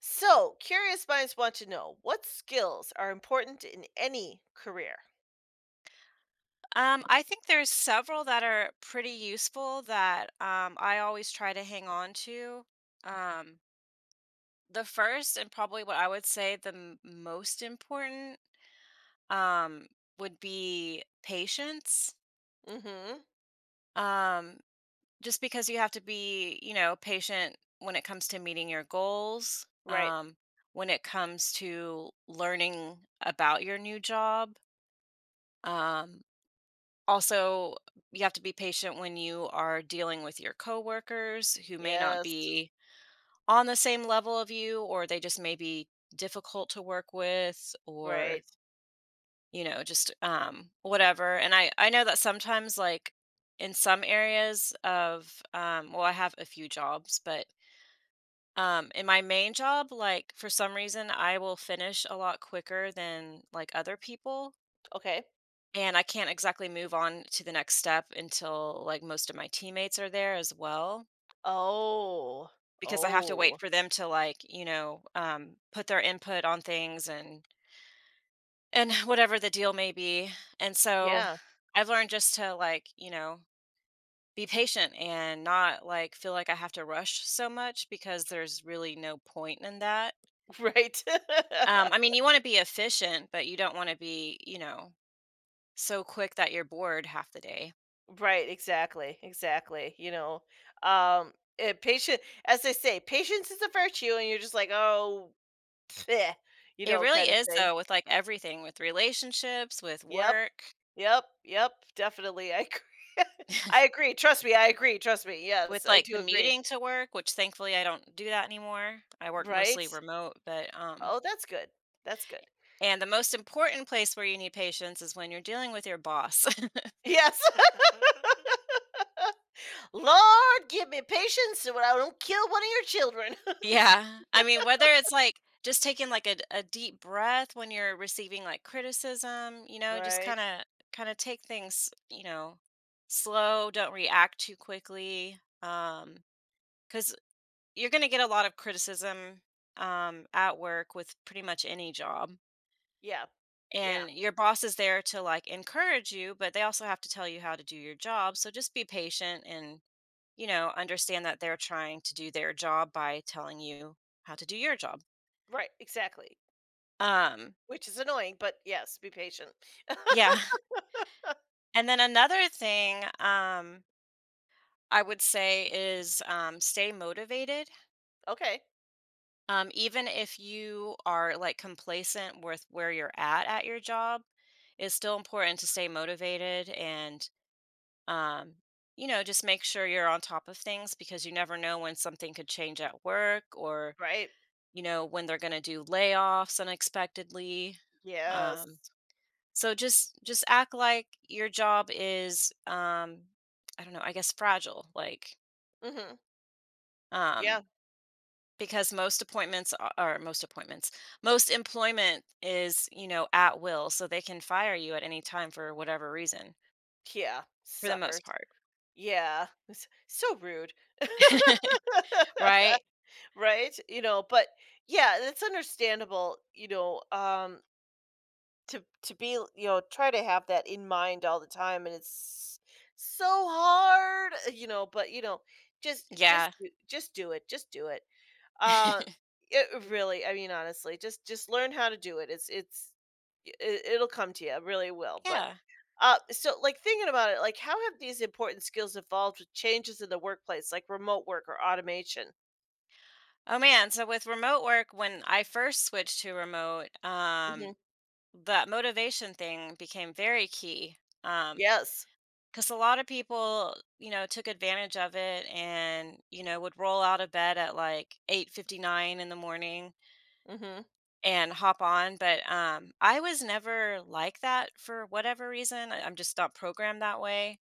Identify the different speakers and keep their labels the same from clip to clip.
Speaker 1: So, curious minds want to know what skills are important in any career?
Speaker 2: I think there's several that are pretty useful that I always try to hang on to. Um, the first and probably what I would say the most important um, would be patience.
Speaker 1: Mhm.
Speaker 2: Um, just because you have to be, patient when it comes to meeting your goals,
Speaker 1: Right.
Speaker 2: when it comes to learning about your new job. Um, Also, you have to be patient when you are dealing with your coworkers who may not
Speaker 1: Yes.
Speaker 2: be on the same level of you, or they just may be difficult to work with, or
Speaker 1: Right.
Speaker 2: you know, just whatever. And I know that sometimes, like in some areas of, well, I have a few jobs, but in my main job, like for some reason, I will finish a lot quicker than like other people.
Speaker 1: Okay.
Speaker 2: And I can't exactly move on to the next step until, like, most of my teammates are there as well,
Speaker 1: Oh.
Speaker 2: because I have to
Speaker 1: Oh.
Speaker 2: wait for them to, like, put their input on things and whatever the deal may be. And so
Speaker 1: Yeah.
Speaker 2: I've learned just to, like, be patient and not, like, feel like I have to rush so much because there's really no point in that.
Speaker 1: Right.
Speaker 2: I mean, you wanna be efficient, but you don't wanna be, so quick that you're bored half the day.
Speaker 1: Right, exactly. Exactly. Patient, as they say, patience is a virtue and you're just like, "Oh, eh,"
Speaker 2: It really
Speaker 1: kind of
Speaker 2: is
Speaker 1: thing.
Speaker 2: though with, like, everything, with relationships, with
Speaker 1: Yep.
Speaker 2: work,
Speaker 1: Yep. Yep. Definitely. I agree. I agree. Trust me. I agree. Trust me. Yes,
Speaker 2: with,
Speaker 1: I
Speaker 2: like,
Speaker 1: do agree.
Speaker 2: commuting to work, which thankfully I don't do that anymore. I work
Speaker 1: Right?
Speaker 2: mostly remote, but,
Speaker 1: Oh, that's good. That's good.
Speaker 2: and the most important place where you need patience is when you're dealing with your boss.
Speaker 1: Yes. Lord, give me patience so I don't kill one of your children.
Speaker 2: Yeah. I mean, whether it's, like, just taking, like, a deep breath when you're receiving, like, criticism, just
Speaker 1: Right?
Speaker 2: kinda take things, slow, don't react too quickly. Because. You're going to get a lot of criticism at work with pretty much any job.
Speaker 1: Yeah. Yeah.
Speaker 2: And your boss is there to like encourage you, but they also have to tell you how to do your job. So just be patient and, understand that they're trying to do their job by telling you how to do your job.
Speaker 1: Right. Exactly.
Speaker 2: Um,
Speaker 1: Which is annoying, but yes, be patient.
Speaker 2: yeah. And then another thing I would say is stay motivated.
Speaker 1: Okay.
Speaker 2: Even if you are like complacent with where you're at your job, it's still important to stay motivated and, um, just make sure you're on top of things because you never know when something could change at work or,
Speaker 1: Right.
Speaker 2: when they're going to do layoffs unexpectedly.
Speaker 1: Yes.
Speaker 2: Um, so just act like your job is I don't know, I guess fragile. Like
Speaker 1: Hmm.
Speaker 2: um,
Speaker 1: Yeah.
Speaker 2: because most appointments a- are or most appointments most employment is at will so they can fire you at any time for whatever reason
Speaker 1: Yeah.
Speaker 2: for the
Speaker 1: Suckers.
Speaker 2: most part.
Speaker 1: Yeah. It's so rude.
Speaker 2: Right.
Speaker 1: Right? You know, but yeah, it's understandable, you know, to be, you know, try to have that in mind all the time, and it's so hard, you know, but you know,
Speaker 2: Yeah.
Speaker 1: just do it uh Really, I mean, honestly, just learn how to do it. It's it'll come to you, it really will. But
Speaker 2: Yeah.
Speaker 1: so, like, thinking about it, like, how have these important skills evolved with changes in the workplace, like remote work or automation?
Speaker 2: Oh man, so with remote work, when I first switched to remote,
Speaker 1: Hmm.
Speaker 2: that motivation thing became very key, um
Speaker 1: Yes.
Speaker 2: because a lot of people, took advantage of it and, would roll out of bed at like 8:59 in the morning
Speaker 1: Hmm.
Speaker 2: and hop on, but, I was never like that for whatever reason. I'm just not programmed that way,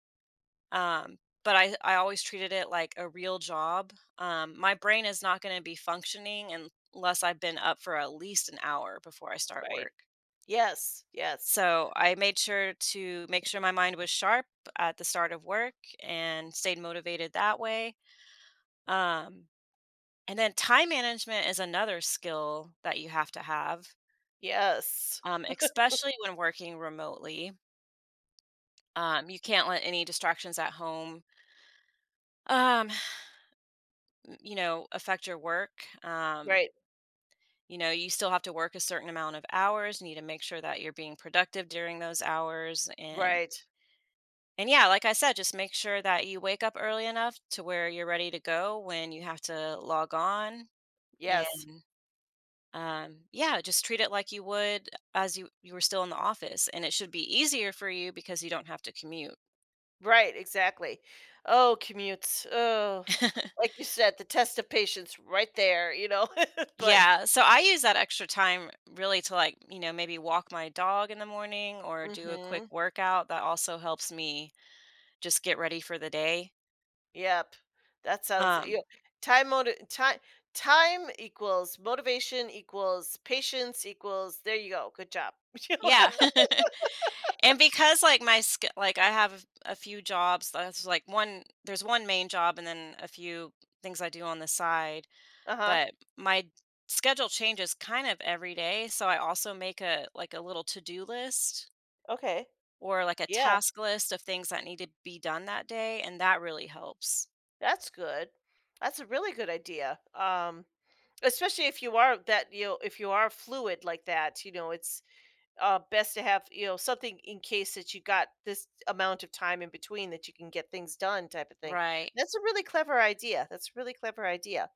Speaker 2: um, but I always treated it like a real job. My brain is not gonna be functioning un unless I've been up for at least an hour before I start
Speaker 1: Right.
Speaker 2: work,
Speaker 1: Yes. Yes.
Speaker 2: so I made sure to make sure my mind was sharp at the start of work and stayed motivated that way. um, and then time management is another skill that you have to have,
Speaker 1: Yes.
Speaker 2: especially when working remotely. You can't let any distractions at home, um, affect your work.
Speaker 1: Right.
Speaker 2: You still have to work a certain amount of hours. You need to make sure that you're being productive during those hours. And
Speaker 1: Right.
Speaker 2: yeah, like I said, just make sure that you wake up early enough to where you're ready to go when you have to log on.
Speaker 1: Yes.
Speaker 2: And yeah, just treat it like you would as you were still in the office. And it should be easier for you because you don't have to commute.
Speaker 1: Right, exactly. Oh, commutes. Oh, like you said, the test of patience right there, you know. But
Speaker 2: Yeah, so I use that extra time really to like, maybe walk my dog in the morning or do a quick
Speaker 1: mhm.
Speaker 2: workout. That also helps me just get ready for the day.
Speaker 1: Yep. That sounds
Speaker 2: Um,
Speaker 1: you Time, motive time time equals motivation equals patience equals, there you go. Good job. You know?
Speaker 2: yeah. And because like my sk like I have a few jobs, that's like one there's one main job and then a few things I do on the side,
Speaker 1: Uh-huh.
Speaker 2: but my schedule changes kind of every day, so I also make a little to-do list
Speaker 1: Okay.
Speaker 2: or like a
Speaker 1: Yeah.
Speaker 2: task list of things that need to be done that day, and that really helps.
Speaker 1: That's good. That's a really good idea. Especially if you are that, you know, if you are fluid like that, you know, it's best to have, you know, something in case that you got this amount of time in between that you can get things done, type of thing.
Speaker 2: Right.
Speaker 1: That's a really clever idea, that's a really clever idea.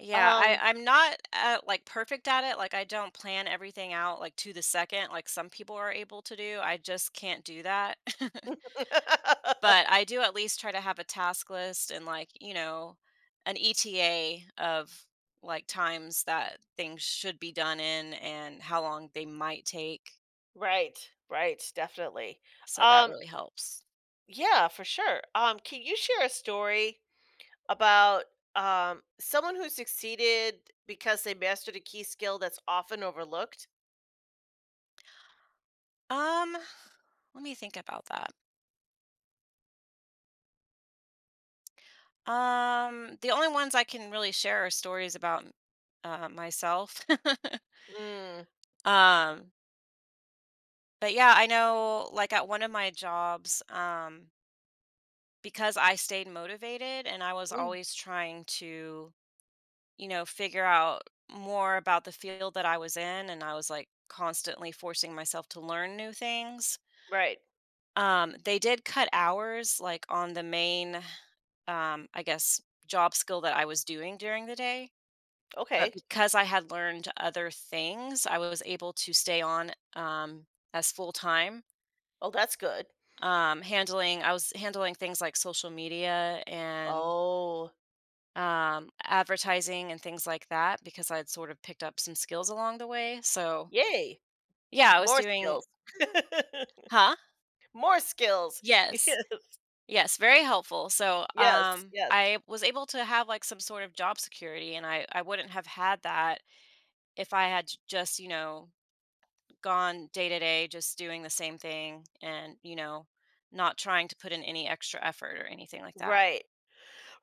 Speaker 2: Yeah, I
Speaker 1: um
Speaker 2: I'm not like perfect at it. Like I don't plan everything out like to the second like some people are able to do. I just can't do that. But I do at least try to have a task list and like, an ETA of like times that things should be done in and how long they might take.
Speaker 1: right, right, definitely.
Speaker 2: So that
Speaker 1: um
Speaker 2: really helps.
Speaker 1: yeah, for sure. Can you share a story about someone who succeeded because they mastered a key skill that's often overlooked?
Speaker 2: Um, Let me think about that. The only ones I can really share are stories about myself.
Speaker 1: Mm.
Speaker 2: um, but yeah, I know like at one of my jobs, because I stayed motivated and I was
Speaker 1: Mm.
Speaker 2: always trying to, figure out more about the field that I was in and I was like constantly forcing myself to learn new things.
Speaker 1: Right.
Speaker 2: They did cut hours like on the main I guess job skill that I was doing during the day. But
Speaker 1: Okay.
Speaker 2: because I had learned other things, I was able to stay on, as full-time,
Speaker 1: Oh, that's good.
Speaker 2: handling I was handling things like social media and,
Speaker 1: Oh.
Speaker 2: advertising and things like that because I'd sort of picked up some skills along the way, so
Speaker 1: Yay.
Speaker 2: yeah, I was
Speaker 1: More
Speaker 2: doing.
Speaker 1: skills.
Speaker 2: Huh?
Speaker 1: More skills.
Speaker 2: Yes. Yes, very helpful, so,
Speaker 1: Yes, yes, yes.
Speaker 2: I was able to have, like, some sort of job security, and I wouldn't have had that if I had j just, gone day to day just doing the same thing and, not trying to put in any extra effort or anything like that.
Speaker 1: Right,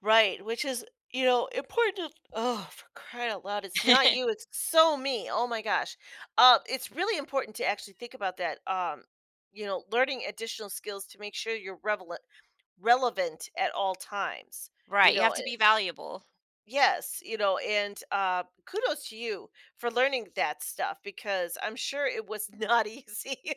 Speaker 1: right, which is, you know, important to, oh, for crying out loud, it's not you, it's so me, oh my gosh. It's really important to actually think about that, you know, learning additional skills to make sure you're relevant, relevant at all times, you
Speaker 2: Right, you
Speaker 1: know.
Speaker 2: have
Speaker 1: And
Speaker 2: to be valuable.
Speaker 1: yes, you know, and, kudos to you for learning that stuff, because I'm sure it was not easy.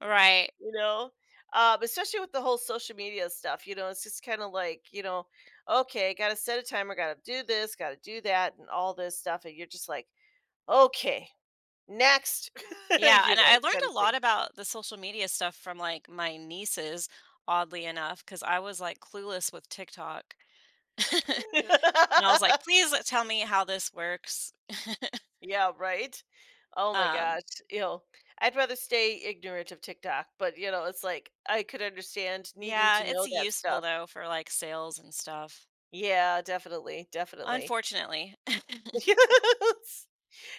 Speaker 2: Right.
Speaker 1: You know, especially with the whole social media stuff, you know, it's just kind of like, you know, okay, gotta set a timer, gotta do this, gotta do that, and all this stuff, and you're just like, okay, next.
Speaker 2: Yeah,
Speaker 1: you
Speaker 2: and
Speaker 1: know
Speaker 2: I learned
Speaker 1: kind of
Speaker 2: a
Speaker 1: thing
Speaker 2: lot about the social media stuff from, like, my nieces, oddly enough, because I was, like, clueless with TikTok. And I was like, "Please tell me how this works."
Speaker 1: Yeah, right. Oh my
Speaker 2: Um,
Speaker 1: gosh. You know, I'd rather stay ignorant of TikTok, but, you know, it's like, I could understand needing
Speaker 2: yeah,
Speaker 1: to
Speaker 2: it's
Speaker 1: know that
Speaker 2: useful
Speaker 1: stuff.
Speaker 2: though for, like, sales and stuff,
Speaker 1: Yeah, definitely, definitely.
Speaker 2: unfortunately.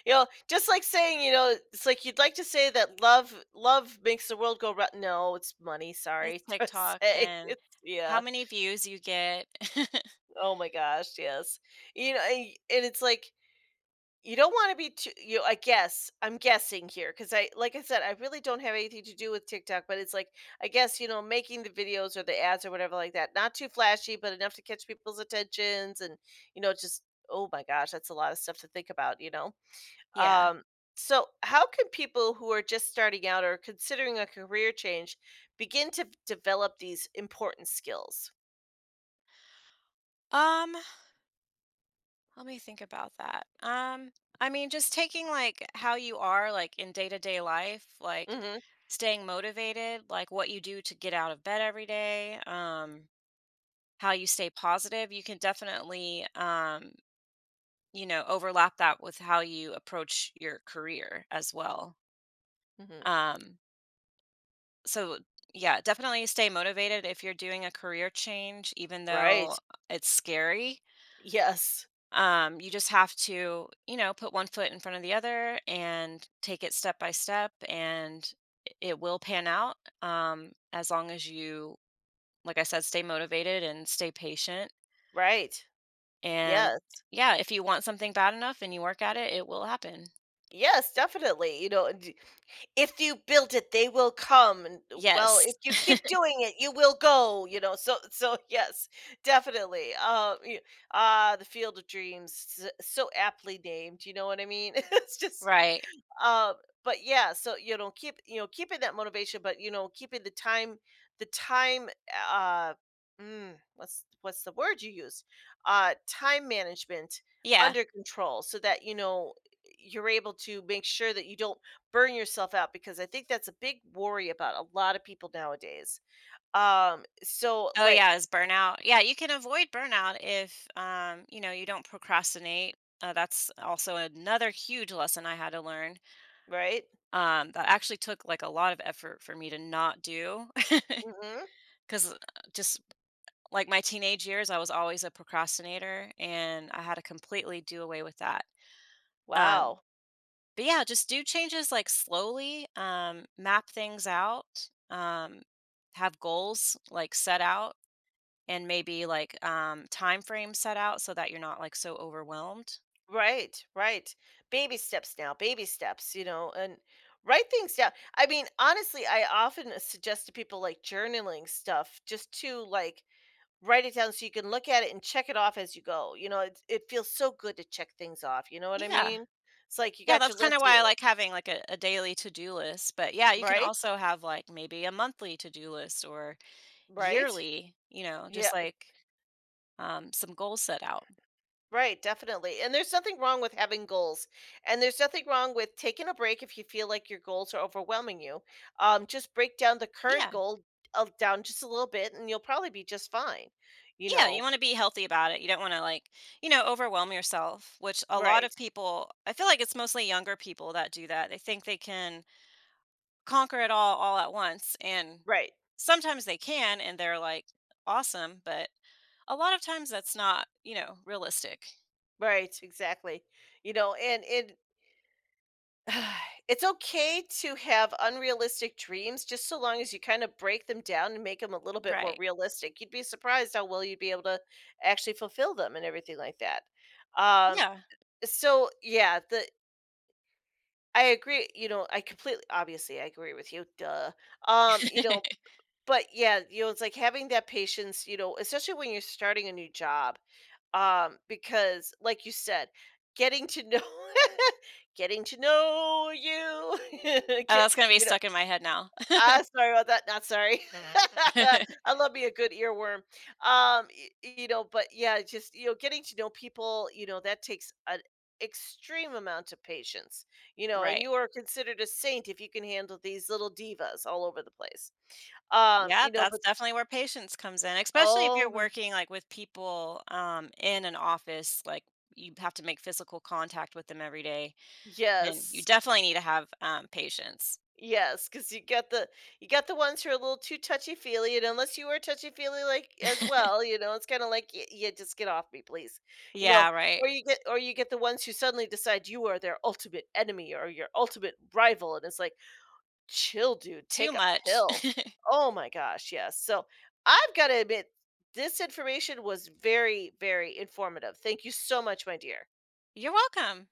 Speaker 1: You know, just like saying, you know, it's like you'd like to say that love makes the world go round. No, it's money.
Speaker 2: It's
Speaker 1: Sorry to
Speaker 2: TikTok
Speaker 1: say.
Speaker 2: and
Speaker 1: It's yeah.
Speaker 2: how many views you get.
Speaker 1: Oh my gosh. Yes. You know, and it's like, you don't want to be too. You know, I guess I'm guessing here because I, like I said, I really don't have anything to do with TikTok. But it's like, I guess, you know, making the videos or the ads or whatever like that, not too flashy, but enough to catch people's attentions and, you know, just, oh my gosh, that's a lot of stuff to think about. You know.
Speaker 2: Yeah.
Speaker 1: Um, so, how can people who are just starting out or considering a career change begin to develop these important skills?
Speaker 2: Um, Let me think about that. I mean, just taking like how you are like in day-to-day life, like
Speaker 1: Hmm.
Speaker 2: staying motivated, like what you do to get out of bed every day, how you stay positive, you can definitely overlap that with how you approach your career as well.
Speaker 1: Hmm.
Speaker 2: Um So, yeah, definitely stay motivated if you're doing a career change, even
Speaker 1: Right.
Speaker 2: though it's scary.
Speaker 1: Yes.
Speaker 2: You just have to, put one foot in front of the other and take it step by step, and it will pan out as long as you, like I said, stay motivated and stay patient.
Speaker 1: Right.
Speaker 2: And
Speaker 1: Yes.
Speaker 2: yeah, if you want something bad enough and you work at it, it will happen.
Speaker 1: Yes, definitely. You know, if you build it, they will come. And well,
Speaker 2: Yes.
Speaker 1: if you keep doing it, you will go. You know, so yes, definitely. The field of dreams, so aptly named. You know what I mean? It's just
Speaker 2: Right.
Speaker 1: uh, but yeah, so, you know, keep, you know, keeping that motivation, but, you know, keeping the time, the time. Uh, what's the word you use? Time management
Speaker 2: Yeah.
Speaker 1: under control, so that, you know, you're able to make sure that you don't burn yourself out, because I think that's a big worry about a lot of people nowadays. So,
Speaker 2: Oh
Speaker 1: like,
Speaker 2: yeah, is burnout. Yeah, you can avoid burnout if you know, you don't procrastinate. That's also another huge lesson I had to learn.
Speaker 1: right?
Speaker 2: That actually took like a lot of effort for me to not do
Speaker 1: Hmm.
Speaker 2: because just like my teenage years, I was always a procrastinator and I had to completely do away with that. Um,
Speaker 1: Wow.
Speaker 2: but yeah, just do changes like slowly, map things out, have goals like set out and maybe like time frame set out so that you're not like so overwhelmed.
Speaker 1: Right, right. Baby steps now, baby steps, you know, and write things down. I mean, honestly, I often suggest to people, like, journaling stuff, just to, like, write it down so you can look at it and check it off as you go. You know, it feels so good to check things off. You know what I
Speaker 2: Yeah,
Speaker 1: mean? It's like you
Speaker 2: yeah,
Speaker 1: got
Speaker 2: that's
Speaker 1: your
Speaker 2: kind of
Speaker 1: list, you
Speaker 2: why I
Speaker 1: like,
Speaker 2: like having like a daily to-do list, but yeah, you can
Speaker 1: right,
Speaker 2: also have like maybe a monthly to-do list or
Speaker 1: right.
Speaker 2: yearly, just
Speaker 1: Yeah,
Speaker 2: like some goals set out.
Speaker 1: right, definitely. And there's nothing wrong with having goals. And there's nothing wrong with taking a break if you feel like your goals are overwhelming you. Just break down the current
Speaker 2: Yeah,
Speaker 1: goal, down just a little bit, and you'll probably be just fine. You
Speaker 2: yeah, you
Speaker 1: know,
Speaker 2: want to be healthy about it. You don't want to like, overwhelm yourself, which a lot of
Speaker 1: right,
Speaker 2: people, I feel like it's mostly younger people that do that. They think they can conquer it all at once, and
Speaker 1: right,
Speaker 2: sometimes they can and they're like awesome, but a lot of times that's not, realistic.
Speaker 1: right, exactly. You know, and it, it's okay to have unrealistic dreams just so long as you kind of break them down and make them a little bit more
Speaker 2: Right.
Speaker 1: realistic. You'd be surprised how well you'd be able to actually fulfill them and everything like that. Um.
Speaker 2: Yeah.
Speaker 1: So yeah, the I agree, you know, I completely obviously I agree with you. Duh. You know, but yeah, you know, it's like having that patience, you know, especially when you're starting a new job. Because like you said, getting to know getting to know you. Get
Speaker 2: That's going to be
Speaker 1: you.
Speaker 2: stuck in my head now.
Speaker 1: Ah, sorry about that, not sorry. I love me a good earworm. Y You know, but yeah, just, you know, getting to know people, you know, that takes an extreme amount of patience, you know, and
Speaker 2: Right.
Speaker 1: you are considered a saint if you can handle these little divas all over the place.
Speaker 2: Yeah,
Speaker 1: You know,
Speaker 2: that's
Speaker 1: but
Speaker 2: definitely where patience comes in, especially if
Speaker 1: oh
Speaker 2: you're
Speaker 1: my
Speaker 2: working like with people in an office. Like you have to make physical contact with them every day, then you
Speaker 1: yes.
Speaker 2: definitely need to have patience.
Speaker 1: Yes, because you got the ones who are a little too touchy feely, and unless you are touchy feely like as well, you know, it's kind of like, yeah, just get off me, please, you know.
Speaker 2: Yeah,
Speaker 1: Or
Speaker 2: right.
Speaker 1: you get the ones who suddenly decide you are their ultimate enemy or your ultimate rival, and it's like, chill, dude,
Speaker 2: Too
Speaker 1: take a
Speaker 2: much.
Speaker 1: pill. Oh my gosh, yes. So I've got to admit, this information was very very informative. Thank you so much, my dear.
Speaker 2: You're welcome.